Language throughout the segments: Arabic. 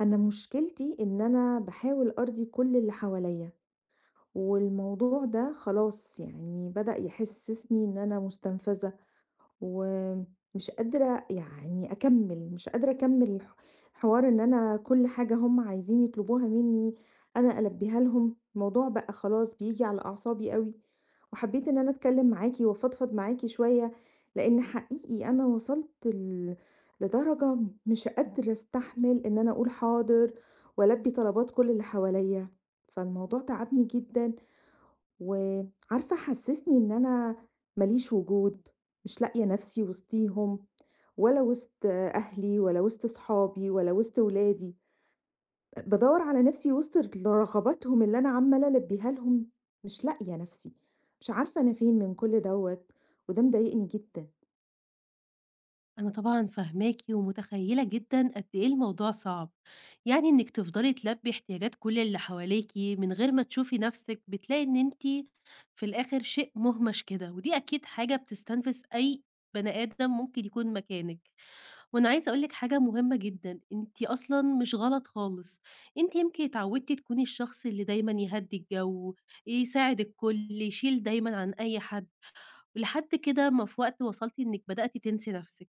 أنا مشكلتي إن أنا باحاول أرضي كل اللي حواليّا، والموضوع ده خلاص بدأ يحسسني إن أنا مستنفذة، ومش قادرة أكمّل، مش قادرة أكمّل حوار إن أنا كل حاجة هُم عايزين يطلبوها منّي أنا ألبّيها لهم. الموضوع بقى خلاص بييجي على أعصابي أوي. وحبيت إن أنا أتكلم معاكِ وأفضفض معاكِ شوية، لإن حقيقي أنا وصلت لدرجة مش قادرة أستحمل إن أنا أقول حاضر وألبي طلبات كل اللي حواليّا. فالموضوع تعبني جدًا، وعارفة حسسني إن أنا ما ليش وجود، مش لاقية نفسي وسطيهم، ولا وسط أهلي ولا وسط صحابي ولا وسط ولادي. بادوّر على نَفْسي وِسط رغباتهم اللي أنا عمّالة ألبّيها لهم، مش لاقية نَفْسي، مش عارفة أنا فين من كل دوّة، وده مضايقني جدًا. أنا طبعًا فاهماكِ ومتخيّلة جدًا قد إيه الموضوع صعب، يعني إنِّك تفضلي تلبّي احتياجات كل اللي حواليكِ من غير ما تشوفي نَفْسِك، بتلاقي إن أنتِ في الآخر شيء مُهمَش كده، ودي أكيد حاجة بتستنفِذ أي بني آدم ممكن يكون مكانِك. وأنا عايزة أقول لِك حاجة مهمة جدًا، أنتِ أصلًا مش غلط خالص، أنتِ يمكن اتعوّدتِ تكوني الشخص اللي دايمًا يهدّي الجَو، يساعد الكل، يشيل دايمًا عن أي حد. لحد كده ما في وقت وصلتِ إنِّك بدأتِ تنسي نَفْسِك،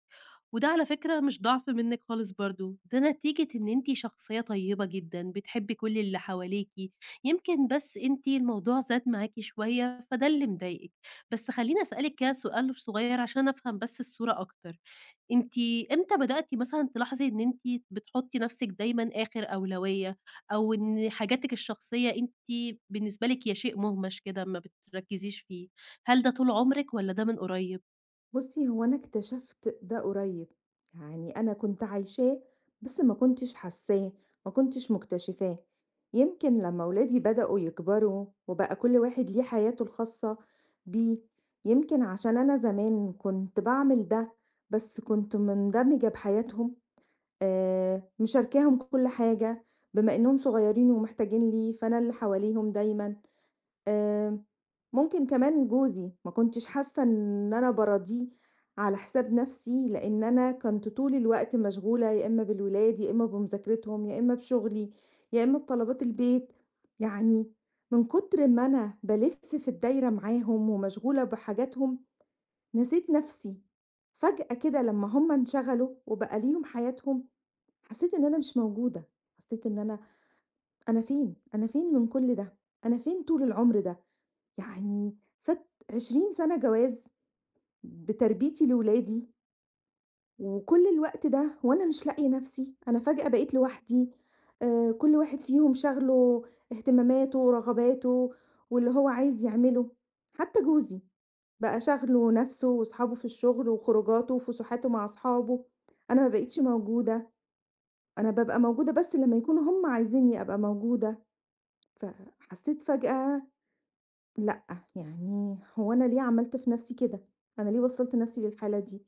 وده على فكرة مش ضعف منِّك خالص برضه، ده نتيجة إن أنتِ شخصية طيبة جدًا، بتحبي كل اللي حواليكِ، يمكن بس أنتِ الموضوع زاد معاكِ شوية فده اللي مضايقِك. بس خلّيني أسألِك كده سؤال صغير عشان أفهم بس الصورة أكتر، أنتِ إمتى بدأتِ مثلًا تلاحظي إن أنتِ بتحطّي نَفْسِك دايمًا آخِر أولوية، أو إن حاجاتِك الشخصية أنتِ بالنسبة لِك هي شيء مُهمَش كده ما بتركّزيش فيه؟ هل ده طول عمرِك والّا ده من قريب؟ بُصّي، هو أنا اكتشفت ده قريّب، يعني أنا كنت عايشاه بس ما كنتش حاسّاه، ما كنتش مكتشفاه. يمكن لمّا ولادي بدأوا يكبروا وبقى كل واحد ليه حياته الخاصة بيه، يمكن عشان أنا زمان كنت باعمل ده، بس كنت مندمجة بحياتهم. مشاركاهم كل حاجة، بما إنهم صغيرين ومحتاجين لي، فأنا اللي حواليهم دايمًا. آآ، ممكن كمان جوزي، ما كنتش حاسة إن أنا باراضيه على حساب نفسي، لإن أنا كنت طول الوقت مشغولة يا إما بالولاد، يا إما بمذاكرتهم، يا إما بشغلي، يا إما بطلبات البيت. يعني من كتر ما أنا بالِف في الدايرة معاهم ومشغولة بحاجاتهم، نسيت نفسي. فجأة كده لمّا هم انشغلوا وبقى ليهم حياتهم حسيت إن أنا مش موجودة، حسيت إن أنا أنا فين؟ أنا فين من كل ده؟ أنا فين طول العمر ده؟ يعني فات 20 سَنة جواز بتربيتي لولادي، وكل الوقت ده وأنا مش لاقية نَفْسي، أنا فجأة بقيت لوحدي. كل واحد فيهم شاغله اهتماماته ورغباته واللي هو عايز يعمله، حتى جوزي بقى شاغله نَفْسه وأصحابه في الشغل وخروجاته وفسحاته مع أصحابه، أنا ما بقيتش موجودة. أنا بابقى موجودة بس لمّا يكونوا هُم عايزينّي أبقى موجودة. فحسّيت فجأة لأ، يعني هو أنا ليه عملت في نَفْسي كده؟ أنا ليه وصّلت نَفْسي للحالة دي؟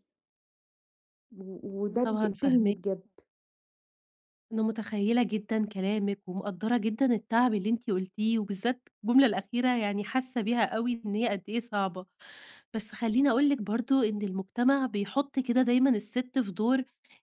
أنا وده طبعًا بيقتلني فاهماكِ، بجد. أنا متخيّلة جدًا كلامِك ومقدّرة جدًا التعب اللي أنتِ قُلتيه، وبالذات الجملة الأخيرة يعني حاسة بيها أوي إن هي قد إيه صعبة، بس خلّيني أقول لِك برضه إن المجتمع بيحُط كده دايمًا السِت في دور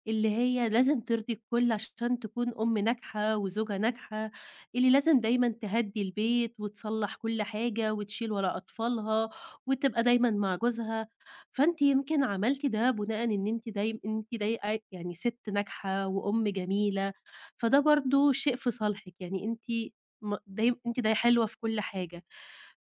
اللي هي لازم ترضي الكل عشان تكون أم ناجحة وزوجة ناجحة، اللي لازم دايمًا تهدّي البيت وتصلّح كل حاجة وتشيل ورا أطفالها وتبقى دايمًا مع جوزها، فأنتِ يمكن عملتِ ده بناءً إن أنتِ دايم أنتِ داي يعني سِت ناجحة وأم جميلة، فده برضه شيء في صالحِك، يعني أنتِ م دايم أنتِ د حلوة في كل حاجة.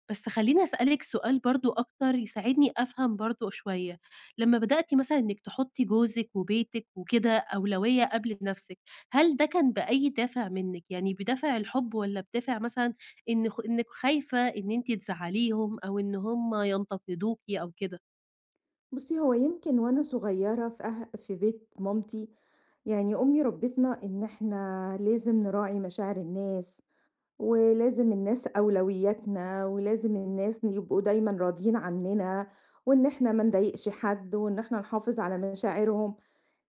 بس خلّيني أسألِك سؤال برضه أكتر يساعدني أفهم برضه شوية، لمّا بدأتِ مثلًا إنِّك تحطّي جوزِك وبيتِك وكده أولوية قبل نَفْسِك، هل ده كان بأي دافع منِّك؟ يعني بدافع الحُب والّا بدافع مثلًا إن خ إنِّك خايفة إن أنتِ تزعّليهم أو إن هم ينتقدوكِ أو كده؟ بُصّي، هو يمكن وأنا صغيّرة في بيت مامتي، يعني أمي ربِّتنا إن إحنا لازم نراعي مشاعر الناس ولازم الناس أولوياتنا ولازم الناس يبقوا دايمًا راضيين عنّنا وإن إحنا ما نضايقش حد وإن إحنا نحافظ على مشاعرهم.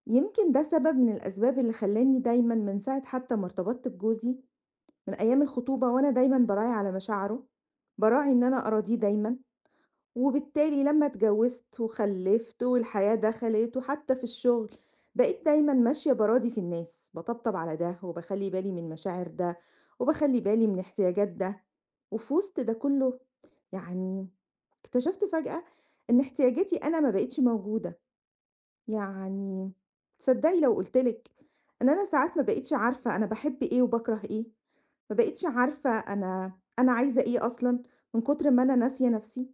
يمكن ده سبب من الأسباب اللي خلّاني دايمًا من ساعة حتى ما ارتبطت بجوزي، من أيام الخطوبة وأنا دايمًا باراعي على مشاعره، باراعي إن أنا أراضيه دايمًا، وبالتالي لمّا اتجوزت وخلّفت والحياة دخلت وحتى في الشغل، بقيت دايمًا ماشية باراضي في الناس، باطبطب على ده وباخلّي بالي من مشاعر ده، وباخلّي بالي من احتياجات ده، وفي وسط ده كلّه يعني اكتشفت فجأة إن احتياجاتي أنا ما بقيتش موجودة. يعني تصدّقي لو قُلت لِك إن أنا ساعات ما بقيتش عارفة أنا باحب إيه وباكره إيه، ما بقيتش عارفة أنا عايزة إيه أصلًا من كتر ما أنا ناسية نَفْسي؟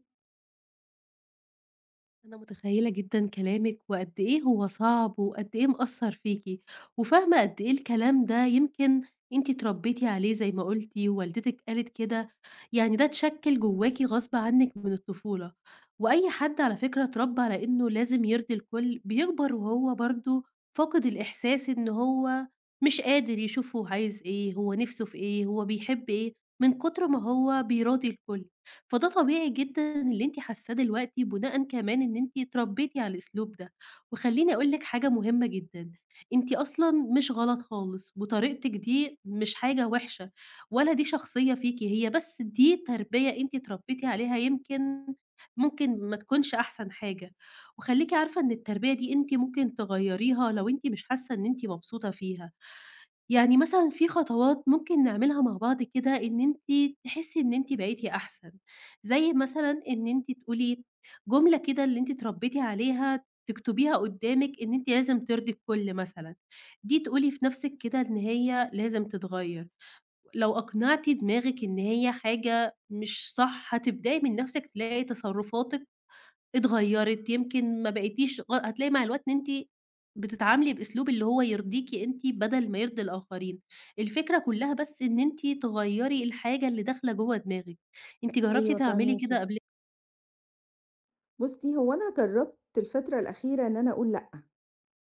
أنا متخيلة جدًا كلامِك، وقد إيه هو صعب، وقد إيه مأثّر فيكِ، وفاهمة قد إيه الكلام ده يمكن أنتِ اتربيتِ عليه زي ما قلتِ، ووالدتِك قالت كده، يعني ده اتشكِّل جواكِ غصب عنِك من الطفولة، وأي حد على فكرة اتربى على إنه لازم يرضي الكل، بيكبر وهو برضه فاقد الإحساس إن هو مش قادر يشوف هو عايز إيه، هو نِفْسه في إيه، هو بيحب إيه، من كتر ما هو بيراضي الكل. فده طبيعي جدًا اللي أنتِ حاسّاه دلوقتي بُناءً كمان إن أنتِ اتربيتِ على الأسلوب ده، وخلّيني أقول لِك حاجة مهمة جدًا، أنتِ أصلًا مش غلط خالص، وطريقتِك دي مش حاجة وحشة، ولا دي شخصية فيكِ، هي بس دي تربية أنتِ اتربيتِ عليها يمكن ممكن ما تكونش أحسن حاجة، وخلّيكِ عارفة إن التربية دي أنتِ ممكن تغيّريها لو أنتِ مش حاسة إن أنتِ مبسوطة فيها. يعني مثلًا في خطوات ممكن نعملها مع بعض كده إن أنتِ تحسّي إن أنتِ بقيتِ أحسن، زي مثلًا إن أنتِ تقولي جملة كده اللي أنتِ اتربيتِ عليها تكتبيها قدّامِك إن أنتِ لازم ترضي الكل مثلًا، دي تقولي في نَفْسِك كده إن هي لازم تتغيّر، لو أقنعتِ دماغِك إن هي حاجة مش صح هتبدئي من نَفْسِك تلاقي تصرفاتِك اتغيّرِت، يمكن ما بقيتيش هتلاقي مع الوقت إن أنتِ بتتعاملي بأسلوب اللي هو يرضيكِ أنتِ بدل ما يرضي الآخرين. الفكرة كلّها بس إن أنتِ تغيّري الحاجة اللي داخلة جوّه دماغِك. أنتِ جرّبتِ أيوه تعملي فاهماكِ. كده قبل؟ بُصّي، هو أنا جرّبت الفترة الأخيرة إن أنا أقول لأ،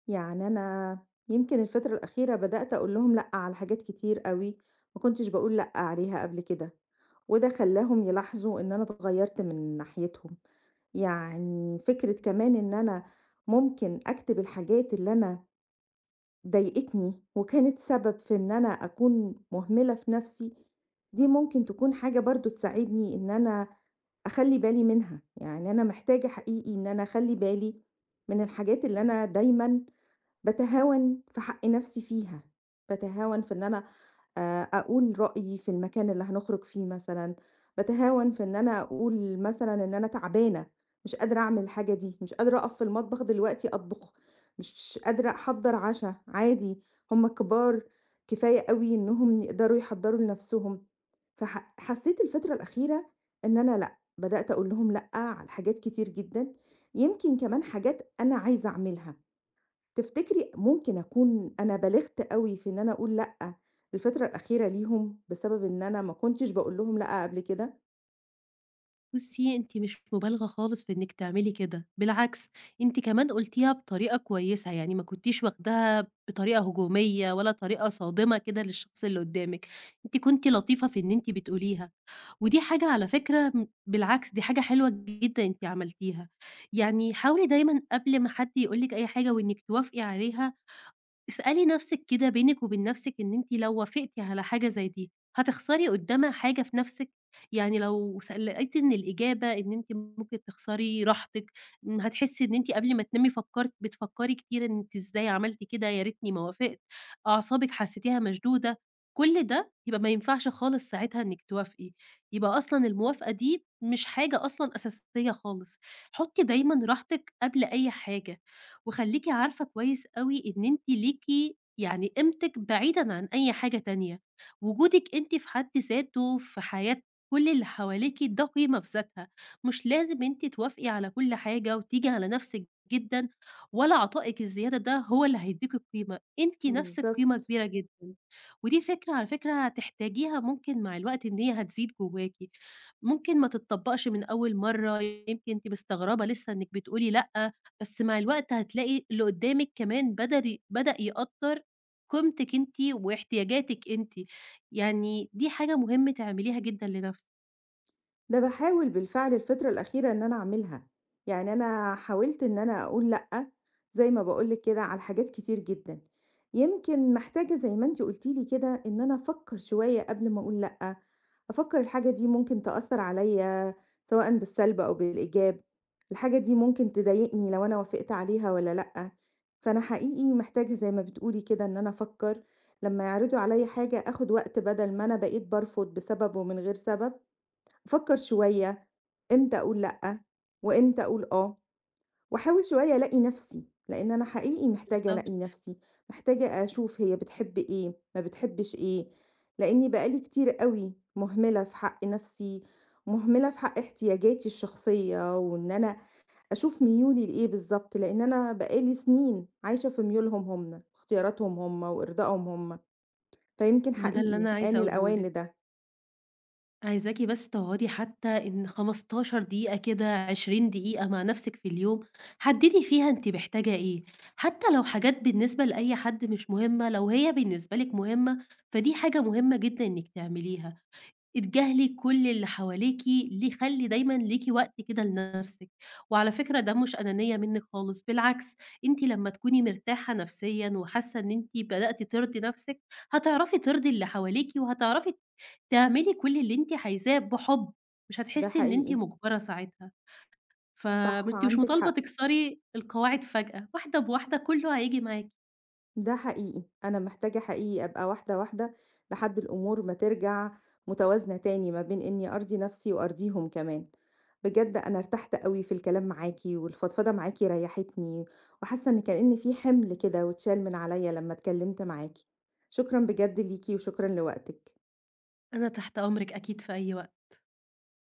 يعني أنا يمكن الفترة الأخيرة بدأت أقول لهم لأ على حاجات كتير أوي ما كنتش باقول لأ عليها قبل كده، وده خلّاهم يلاحظوا إن أنا اتغيّرت من ناحيتهم. يعني فكرة كمان إن أنا ممكن أكتب الحاجات اللي أنا ضايقتني وكانت سبب في إن أنا أكون مهملة في نفسي، دي ممكن تكون حاجة برضه تساعدني إن أنا أخلّي بالي منها. يعني أنا محتاجة حقيقي إن أنا أخلّي بالي من الحاجات اللي أنا دايمًا باتهاون في حق نفسي فيها، باتهاون في إن أنا أقول رأيي في المكان اللي هنخرج فيه مثلًا، باتهاون في إن أنا أقول مثلًا إن أنا تعبانة، مش قادرة أعمل الحاجة دي، مش قادرة أقف في المطبخ دلوقتي أطبخ، مش قادرة أحضّر عَشا، عادي هُم كبار كفاية أوي إنّهم يقدروا يحضّروا لنَفْسهم. حسّيت الفترة الأخيرة إن أنا لأ، بدأت أقول لهم لأ على حاجات كتير جدًا، يمكن كمان حاجات أنا عايزة أعملها. تفتكري ممكن أكون أنا بالغت أوي في إن أنا أقول لأ الفترة الأخيرة ليهم، بسبب إن أنا ما كنتش باقول لهم لأ قبل كده؟ بُصّي، أنتِ مش مبالغة خالص في إنِّك تعملي كده، بالعكس أنتِ كمان قُلتيها بطريقة كويسة، يعني ما كنتيش واخداها بطريقة هجومية ولا طريقة صادمة كده للشخص اللي قُدّامِك، أنتِ كنتِ لطيفة في إن أنتِ بتقوليها. ودي حاجة على فكرة م بالعكس دي حاجة حلوة جدًا أنتِ عملتيها، يعني حاولي دايمًا قبل ما حد يقول لِك أي حاجة وإنِّك توافقي عليها اسألي نفسِك كده بينِك وبين نفسِك إن أنتِ لو وافقتِ على حاجة زي دي، هتخسري قدّامها حاجة في نفسِك؟ يعني لو س لقيتِ إن الإجابة إن أنتِ ممكن تخسري راحتِك، هتحسي إن أنتِ قبل ما تنامي فكرتِ بتفكري كتير إن أنتِ إزاي عملتِ كده، يا ريتني ما وافقت، أعصابِك حسيتيها مشدودة، كل ده يبقى ما ينفعش خالص ساعتها إنِك توافقي، يبقى أصلًا الموافقة دي مش حاجة أصلًا أساسية خالص، حطي دايمًا راحتِك قبل أي حاجة. وخلّيكِ عارفة كويس أوي إن أنتِ ليكِ يعني قيمتِك بعيدًا عن أي حاجة تانية، وجودِك أنتِ في حد ذاته في حياة كل اللي حواليكِ ده قيمة في ذاتها، مش لازم أنتِ توافقي على كل حاجة وتيجي على نفسِك جدًا، ولا عطائِك الزيادة ده هو اللي هيدّيكِ القيمة، أنتِ نفسِك قيمة بالضبط. كبيرة جدًا، ودي فكرة على فكرة هتحتاجيها ممكن مع الوقت إن هي هتزيد جواكِ، ممكن ما تتطبّقش من أول مرّة، يمكن أنتِ مستغربة لسه إنِّك بتقولي لأ. بس مع الوقت هتلاقي اللي قدّامِك كمان بدر ي بدأ يقدّر قيمتِك أنتِ واحتياجاتِك أنتِ، يعني دي حاجة مهم تعمليها جدًا لنفسِك. ده باحاول بالفعل الفترة الأخيرة إن أنا أعملها، يعني أنا حاولت إن أنا أقول لأ، زي ما باقول لِك كده على حاجات كتير جدًا، يمكن محتاجة زي ما أنتِ قلتِ لي كده إن أنا أفكر شوية قبل ما أقول لأ. أفكّر الحاجة دي ممكن تأثّر عليّا سواءً بالسلب أو بالإيجاب، الحاجة دي ممكن تضايقني لو أنا وافقت عليها والّا لأ. فأنا حقيقي محتاجة زي ما بتقولي كده إن أنا أفكّر لمّا يعرضوا عليّا حاجة آخُد وقت بدل ما أنا بقيت بارفض بسبب ومن غير سبب، أفكّر شوية إمتى أقول لأ وإمتى أقول آه. واحاول شوية ألاقي نفسي، لإن أنا حقيقي محتاجة ألاقي بالضبط. نفسي، محتاجة أشوف هي بتحب إيه، ما بتحبش إيه، لإني بقى لي كتير أوي مهملة في حق نفسي، مهملة في حق احتياجاتي الشخصية، وإن أنا أشوف ميولي لإيه بالضبط، لإن أنا بقى لي سنين عايشة في ميولهم هم، واختياراتهم هم، وإرضائهم هم، فيمكن ما هو ده اللي حقيقي أنا آن عايزة أقوله الأوان لِك، لده. عايزاكِ بس تقعدي حتى إن 15 دقيقة كده، 20 دقيقة مع نفسِك في اليوم، حددي فيها أنتِ محتاجة إيه، حتى لو حاجات بالنسبة لأي حد مش مهمة، لو هي بالنسبة لِك مهمة، فدي حاجة مهمة جدًا إنِّك تعمليها. اتجاهلي كل اللي حواليكِ، ليه خلّي دايمًا ليكِ وقت كده لنفسِك، وعلى فكرة ده مش أنانية منِّك خالص، بالعكس أنتِ لمّا تكوني مرتاحة نفسيًا وحاسة إن أنتِ بدأتِ ترضي نفسِك، هتعرفي ترضي اللي حواليكِ، وهتعرفي تعملي كل اللي أنتِ عايزاه بحُب، مش ده هتحسي إن أنتِ حقيقي، مُجبرة ساعتها، صح فأنتِ مش عندِك مطالبة حق. تكسري القواعد فجأة، واحدة بواحدة كله هييجي معاكِ. ده حقيقي، أنا محتاجة حقيقي أبقى واحدة، واحدة لحد الأمور ما ترجع متوازنة تاني ما بين إني أرضي نفسي وأرضيهم كمان. بجد أنا ارتحت أوي في الكلام معاكِ والفضفضة معاكِ ريحتني، وحاسة إن كأن في حمل كده واتشال من عليَّ لما اتكلمت معاكِ. شكرًا بجد ليكِ وشكرًا لوقتِك. أنا تحت أمرِك أكيد في أي وقت.